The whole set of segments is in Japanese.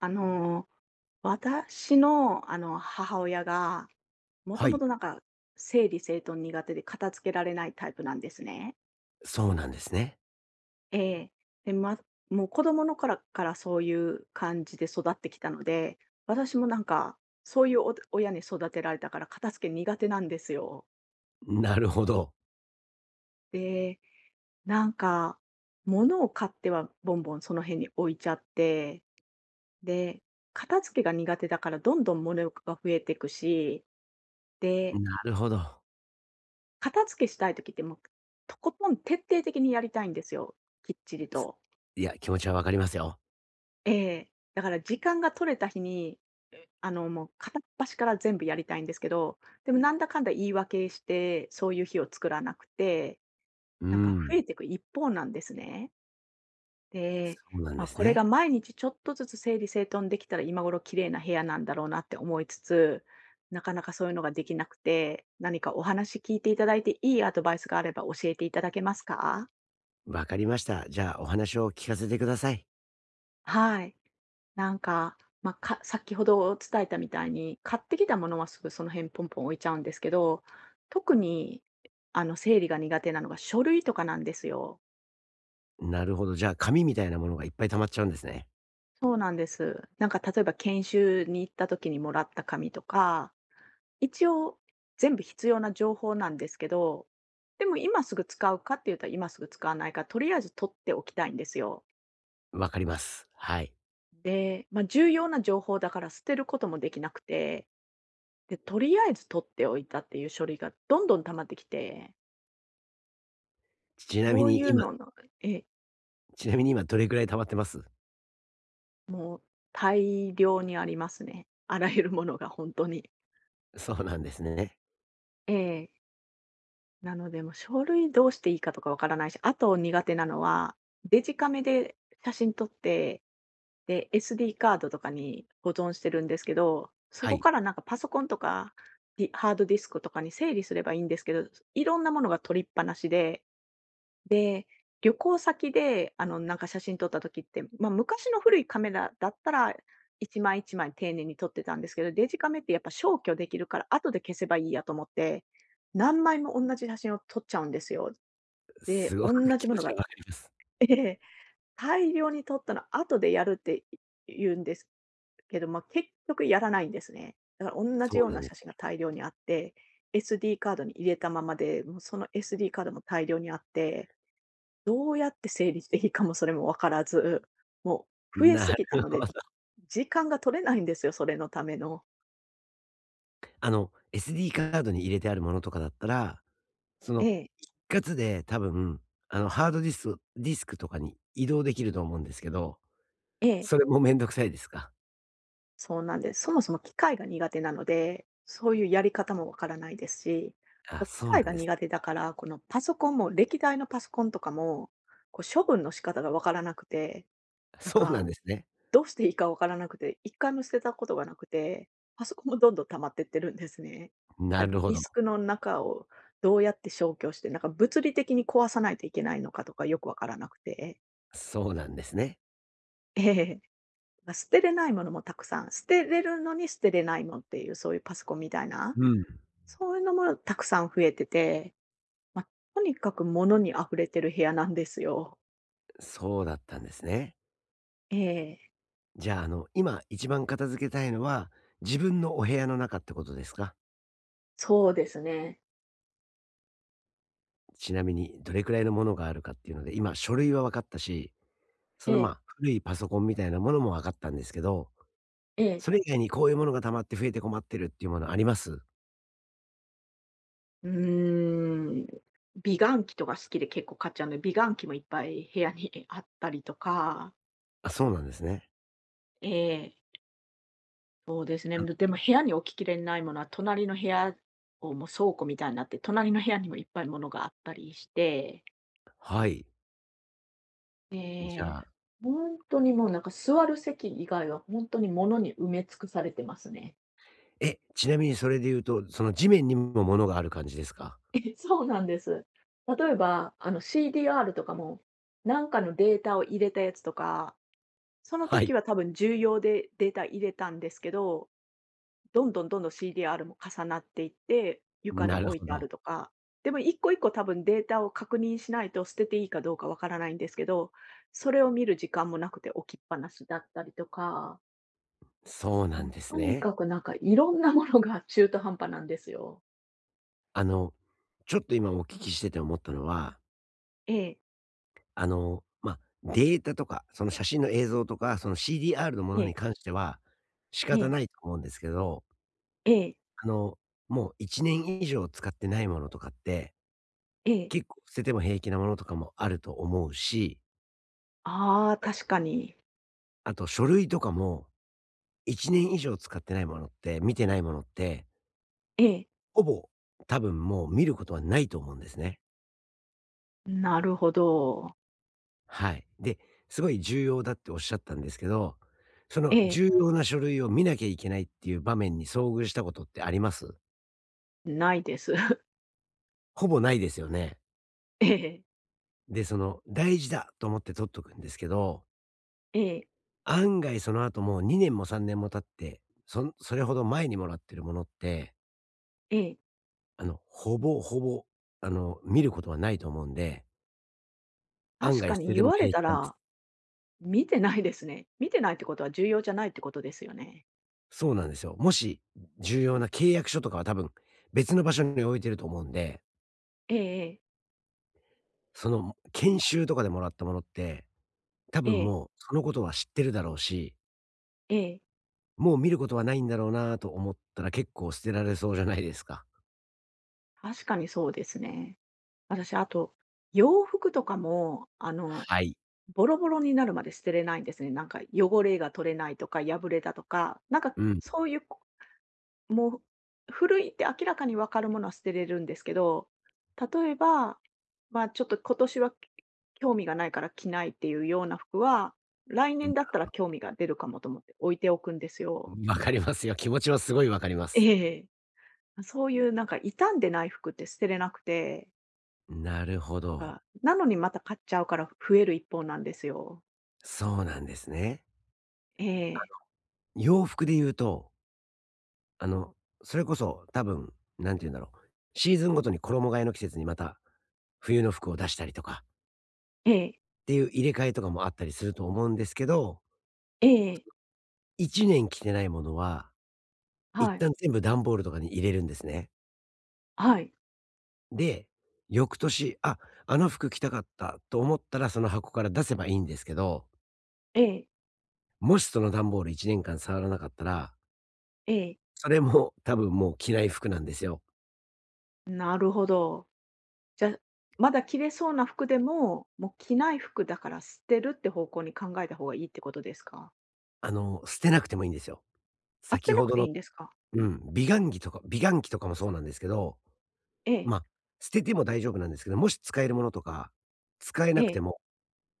あの、私の、母親が、もとはもい、となんか、整理整頓苦手で片付けられないタイプなんですね。そうなんですね。ええ。で、もう子供の頃からそういう感じで育ってきたので、私もなんか、そういうお親に育てられたから片付け苦手なんですよ。なるほど。で、なんか、物を買ってはボンボンその辺に置いちゃって、で、片付けが苦手だからどんどん物が増えていくし、でなるほど。片付けしたい時って、もう、とことん徹底的にやりたいんですよ、きっちりすと。いや、気持ちはわかりますよ。ええ。だから時間が取れた日に、もう片っ端から全部やりたいんですけど、でもなんだかんだ言い訳して、そういう日を作らなくて、うーなんかん、増えていく一方なんですね。そで、うなんまであ、すこれね。が毎日ちょっとずつ整理整頓できたら、今頃綺麗な部屋なんだろうなって思いつつ、なかなかそういうのができなくて、何かお話聞いていただいて、いいアドバイスがあれば教えていただけますか？わかりました。じゃあ、お話を聞かせてください。はい。なんか、まあ、先ほど伝えたみたいに、買ってきたものはすぐその辺ポンポン置いちゃうんですけど、特に、整理が苦手なのが書類とかなんですよ。なるほど。じゃあ、紙みたいなものがいっぱい溜まっちゃうんですね。そうなんです。なんか例えば研修に行った時にもらった紙とか、一応全部必要な情報なんですけど、でも今すぐ使うかって言うたら今すぐ使わないから、とりあえず取っておきたいんですよ。わかります。はい。で、まあ、重要な情報だから捨てることもできなくてで、とりあえず取っておいたっていう書類がどんどん溜まってきて、ちなみそういにう今ののえちなみに今どれくらい溜まってます？もう大量にありますね。あらゆるものが本当に。そうなんですね。ええ。なので、もう書類どうしていいかとかわからないし、あと苦手なのは、デジカメで写真撮って、で、SD カードとかに保存してるんですけど、そはこい。からなんかパソコンとか、ディハードディスクとかに整理すればいいんですけど、いろんなものが取りっぱなしで、旅行先で、なんか写真撮った時って、まあ、昔の古いカメラだったら、1枚1枚丁寧に撮ってたんですけど、デジカメってやっぱ消去できるから、後で消せばいいやと思って、何枚も同じ写真を撮っちゃうんですよ。で、すご同くじ気も持のちがはわかります。ええ、大量に撮ったの後でやるって言うんですけど、まあ、結局やらないんですね。だから同じそよううなんなで写す。真が大量にあって、SD カードに入れたままで、もうその SD カードも大量にあってどうやって整理していいかもそれも分からず、もう増えすなぎたので、時間が取れないんですよ、それのための。あの、SD カードに入れてあるものとかだったら、そえのえ、かつで多分、ハードディスクディスクとかに移動できると思うんですけど、ええ、それもめんどくさいですか？そうなんです。そもそも機械が苦手なので、そういうやり方もわからないですし、あ、あと機そうな械んがです。苦手だから、このパソコンも歴代のパソコンとかも、こう処分の仕方が分からなくて、なんそうなんかですね。どうしていいかわからなくて、一回も捨てたことがなくて、パソコンもどんどん溜まってってるんですね。ななんかるほディど。スクの中をどうやって消去して、なんか物理的に壊さないといけないのかとかよくわからなくて。そうなんですね。ええ。捨てれないものもたくさん、捨てれるのに捨てれないもんっていう、そういうパソコンみたいな、うん、そういうのもたくさん増えてて、まあ、とにかく物に溢れてる部屋なんですよ。そうだったんですね。ええ。じゃあ、今一番片付けたいのは、自分のお部屋の中ってことですか？そうですね。ちなみにどれくらいのものがあるかっていうので、今書類は分かったし、えまえ、あ、古いパソコンみたいなものも分かったんですけど、ええ。それ以外にこういうものが溜まって増えて困ってるっていうものあります？うーん、美顔器とか好きで結構買っちゃうので、美顔器もいっぱい部屋にあったりとか、あ、そうなんですね。ええ、そうですね。でも部屋に置ききれないものは、隣の部屋をもう倉庫みたいになって、隣の部屋にもいっぱい物があったりして、はい。えじゃえ、あ、ほにもうなんか座る席以外は本当に物に埋め尽くされてますね。ちなみにそれで言うと、その地面にも物がある感じですか？そうなんです。例えば、あの CDR とかも、なんかのデータを入れたやつとかそ のは時い、は多分重要でデータ入れたんですけど、どんどんどんどん CDR も重なっていって、床になる置いほてあど。るとか。でも一個一個多分データを確認しないと捨てていいかどうかわからないんですけど、それを見る時間もなくて置きっぱなしだったりとか、そうなもんうですとにね。かくなんかいろんなものが中途半端なんですよ。あの、ちょっと今お聞きしてて思ったのは、ええ、まあ、データとか、その写真の映像とか、その CDR のもえのにえ、関しては、仕え方え、ないと思うんですけど、ええ、あの、もう1年以上使ってないものとかって、ええ。結構捨てても平気なものとかもあると思うし、ああ、確かに。あと書類とかも1年以上使ってないものって、見てないものって、ええ、ほぼ多分もう見ることはないと思うんですね。なるほど。はい。で、すごい重要だっておっしゃったんですけど、そえのえ、重要な書類を見なきゃいけないっていう場面に遭遇したことってあります？ないです。ほぼないですよね。ええ、で、その大事だと思って取っとくんですけど、ええ、案外その後もう2年も3年も経って、それほど前にもらってるものって、ええ。ほぼほぼ、見ることはないと思うんで、案確外か捨にてて言もわれ平気たなんです。ら、見てないですね。見てないってことは重要じゃないってことですよね。そうなんですよ。もし、重要な契約書とかは多分、別の場所に置いてると思うんで、ええええ、その研修とかでもらったものって、多え分え、もうそのことは知ってるだろうし、もう見ることはないんだろうなと思ったら結構捨てられそうじゃないですか。確かにそうですね。私、あと、洋服とかも、はい。ボロボロになるまで捨てれないんですね。なんか汚れが取れないとか、破れたとか、なんかうん。そういうもう、古いって明らかに分かるものは捨てれるんですけど、例えば、ちょっと今年は興味がないから着ないっていうような服は、来うん、年だったら興味が出るかもと思って置いておくんですよ。わかりますよ。気持ちはすごいわかりまえす。えええ。そういうなんか傷んでない服って捨てれなくて、なるほど。あ、なのにまた買っちゃうから増える一方なんですよ。そうなんですね。えあ、え。洋服で言うと、あの、それこそ多分、なんて言うんだろう。シーズンごとに衣替えの季節にまた冬の服を出したりとかええ。っていう入れ替えとかもあったりすると思うんですけど、ええ。1年着てないものは、一はい。旦全部段ボールとかに入れるんですね。はい。で、翌年、あ、あの服着たかったと思ったらその箱から出せばいいんですけど、ええ。もしその段ボール1年間触らなかったら、ええ。それも多分もう着ない服なんですよ。なるほど。じゃ、まだ着れそうな服でも、もう着ない服だから捨てるって方向に考えた方がいいってことですか？捨てなくてもいいんですよ。あ、捨て先なほくどていのいんですか？うん、美顔器とかもそうなんですけど、ええ、ま、あ捨てても大丈夫なんですけど、もし使えるものとか、使ええなくえ。ても、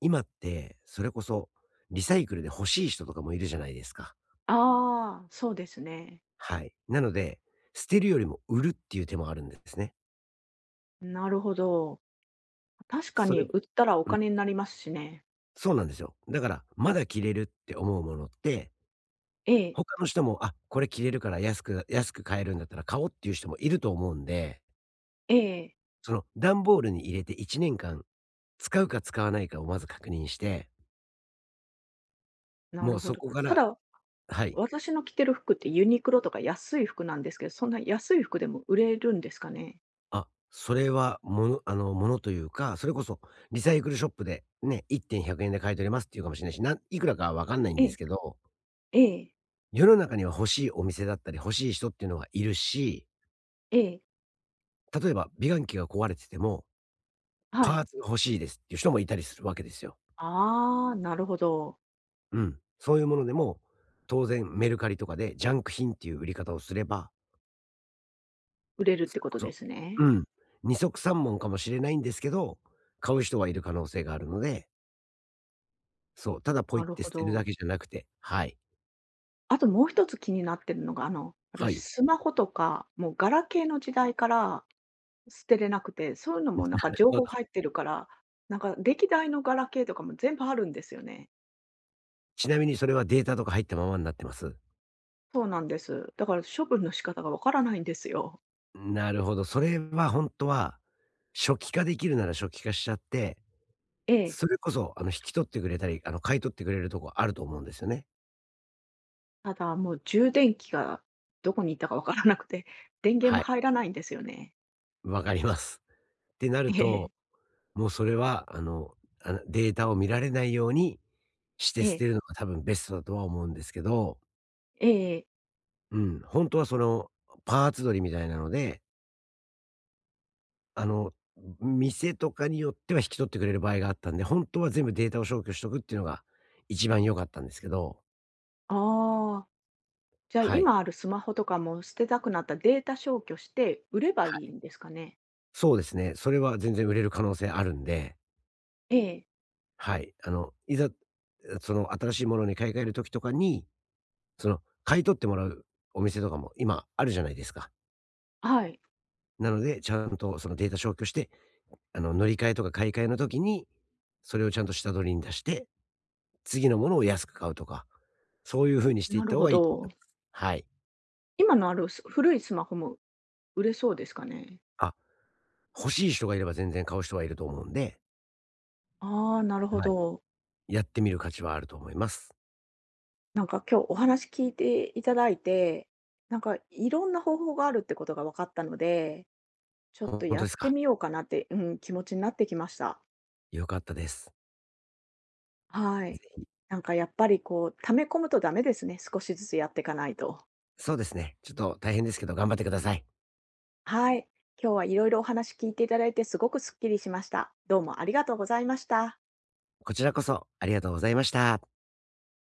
今ってそれこそリサイクルで欲しい人とかもいるじゃないですか。ああ、そうですね。はい。なので、捨てるよりも売るっていう手もあるんですね。なるほど。確かそれに売ったらおうん、金になりますしね。そうなんですよ。だから、まだ着れるって思うものって、ええ、他の人も、あ、これ着れるから安く安く買えるんだったら買おうっていう人もいると思うんで、ええ、その段ボールに入れて1年間使うか使わないかをまず確認して、なもるうほそど。こかたらだ、はい。私の着てる服ってユニクロとか安い服なんですけど、そんな安い服でも売れるんですかね？あ、それは、ものというか、それこそリサイクルショップでね、1,100円で買い取れますっていうかもしれないし、いくらかはわかんないんえでえ、すけど、ええ、世の中には欲しいお店だったり、欲しい人っていうのはいるし、ええ、例えば美顔器が壊れてても、はパい。ーツが欲しいですっていう人もいたりするわけですよ。ああ、なるほど。うん。そういうものでも、当然メルカリとかでジャンク品っていう売り方をすれば、売れるっそてれこことでそ、すね。うん、二足三文かもしれないんですけど、買う人はいる可能性があるので、そう、ただポなイっるてほ捨てるだど。けじゃなくて。はい。あともう一つ気になってるのが、は私い。スマホとか、もうガラケーの時代から捨てれなくて、そういうの なもなんかる情ほど。報入ってるから、なんか歴代のガラケーとかも全部あるんですよね。ちなみにそれはデータとか入ったままになってます？そうなんです。だから処分の仕方がわからないんですよ。なるほど、それは本当は、初期化できるなら初期化しちゃって、ええ。それこそ引き取ってくれたり、買い取ってくれるとこあると思うんですよね。ただもう充電器がどこに行ったかわからなくて、電源はもい、入らないんですよね。わかります。ってなるえと、え。もうそれはデータを見られないようにしてえ捨え。てるのが多分ベストだとは思うんですけど、ええええええうん、本当はその、パーツ取りみたいなので、あの、店とかによっては引き取ってくれる場合があったんで、本当は全部データを消去しとくっていうのが一番良かったんですけど、ああ、じゃあはい。今あるスマホとかも捨てたくなったらデータ消去して売ればはいいい。んですかね？そうですね。それは全然売れる可能性あるんで、ええ。はい。いざ、その新しいものに買い替える時とかに、その買い取ってもらうお店とかも今あるじゃないですか。はい、なので、ちゃんとそのデータ消去して、乗り換えとか買い替えの時に、それをちゃんと下取りに出して、次のものを安く買うとか、そういう風にしていなっるた方ほがいいと思いど。ます。はい。今のある古いスマホも売れそうですかね？あ、欲しい人がいれば全然買う人はいると思うんで、ああ、なるほはい。ど。やってみる価値はあると思います。なんか今日お話聞いていただいて、なんかいろんな方法があるってことが分かったので、ちょっほとんとやでっすてか。みようかなって、うん、気持ちになってきました。良かったです。はい。ぜなんかやっぱりこう、溜め込むとダメですね、少しずつやっていかないと。そうですね、ちょっと大変ですけど頑張ってください。はい。今日はいろいろお話聞いていただいてすごくすっきりしました。どうもありがとうございました。こちらこそありがとうございました。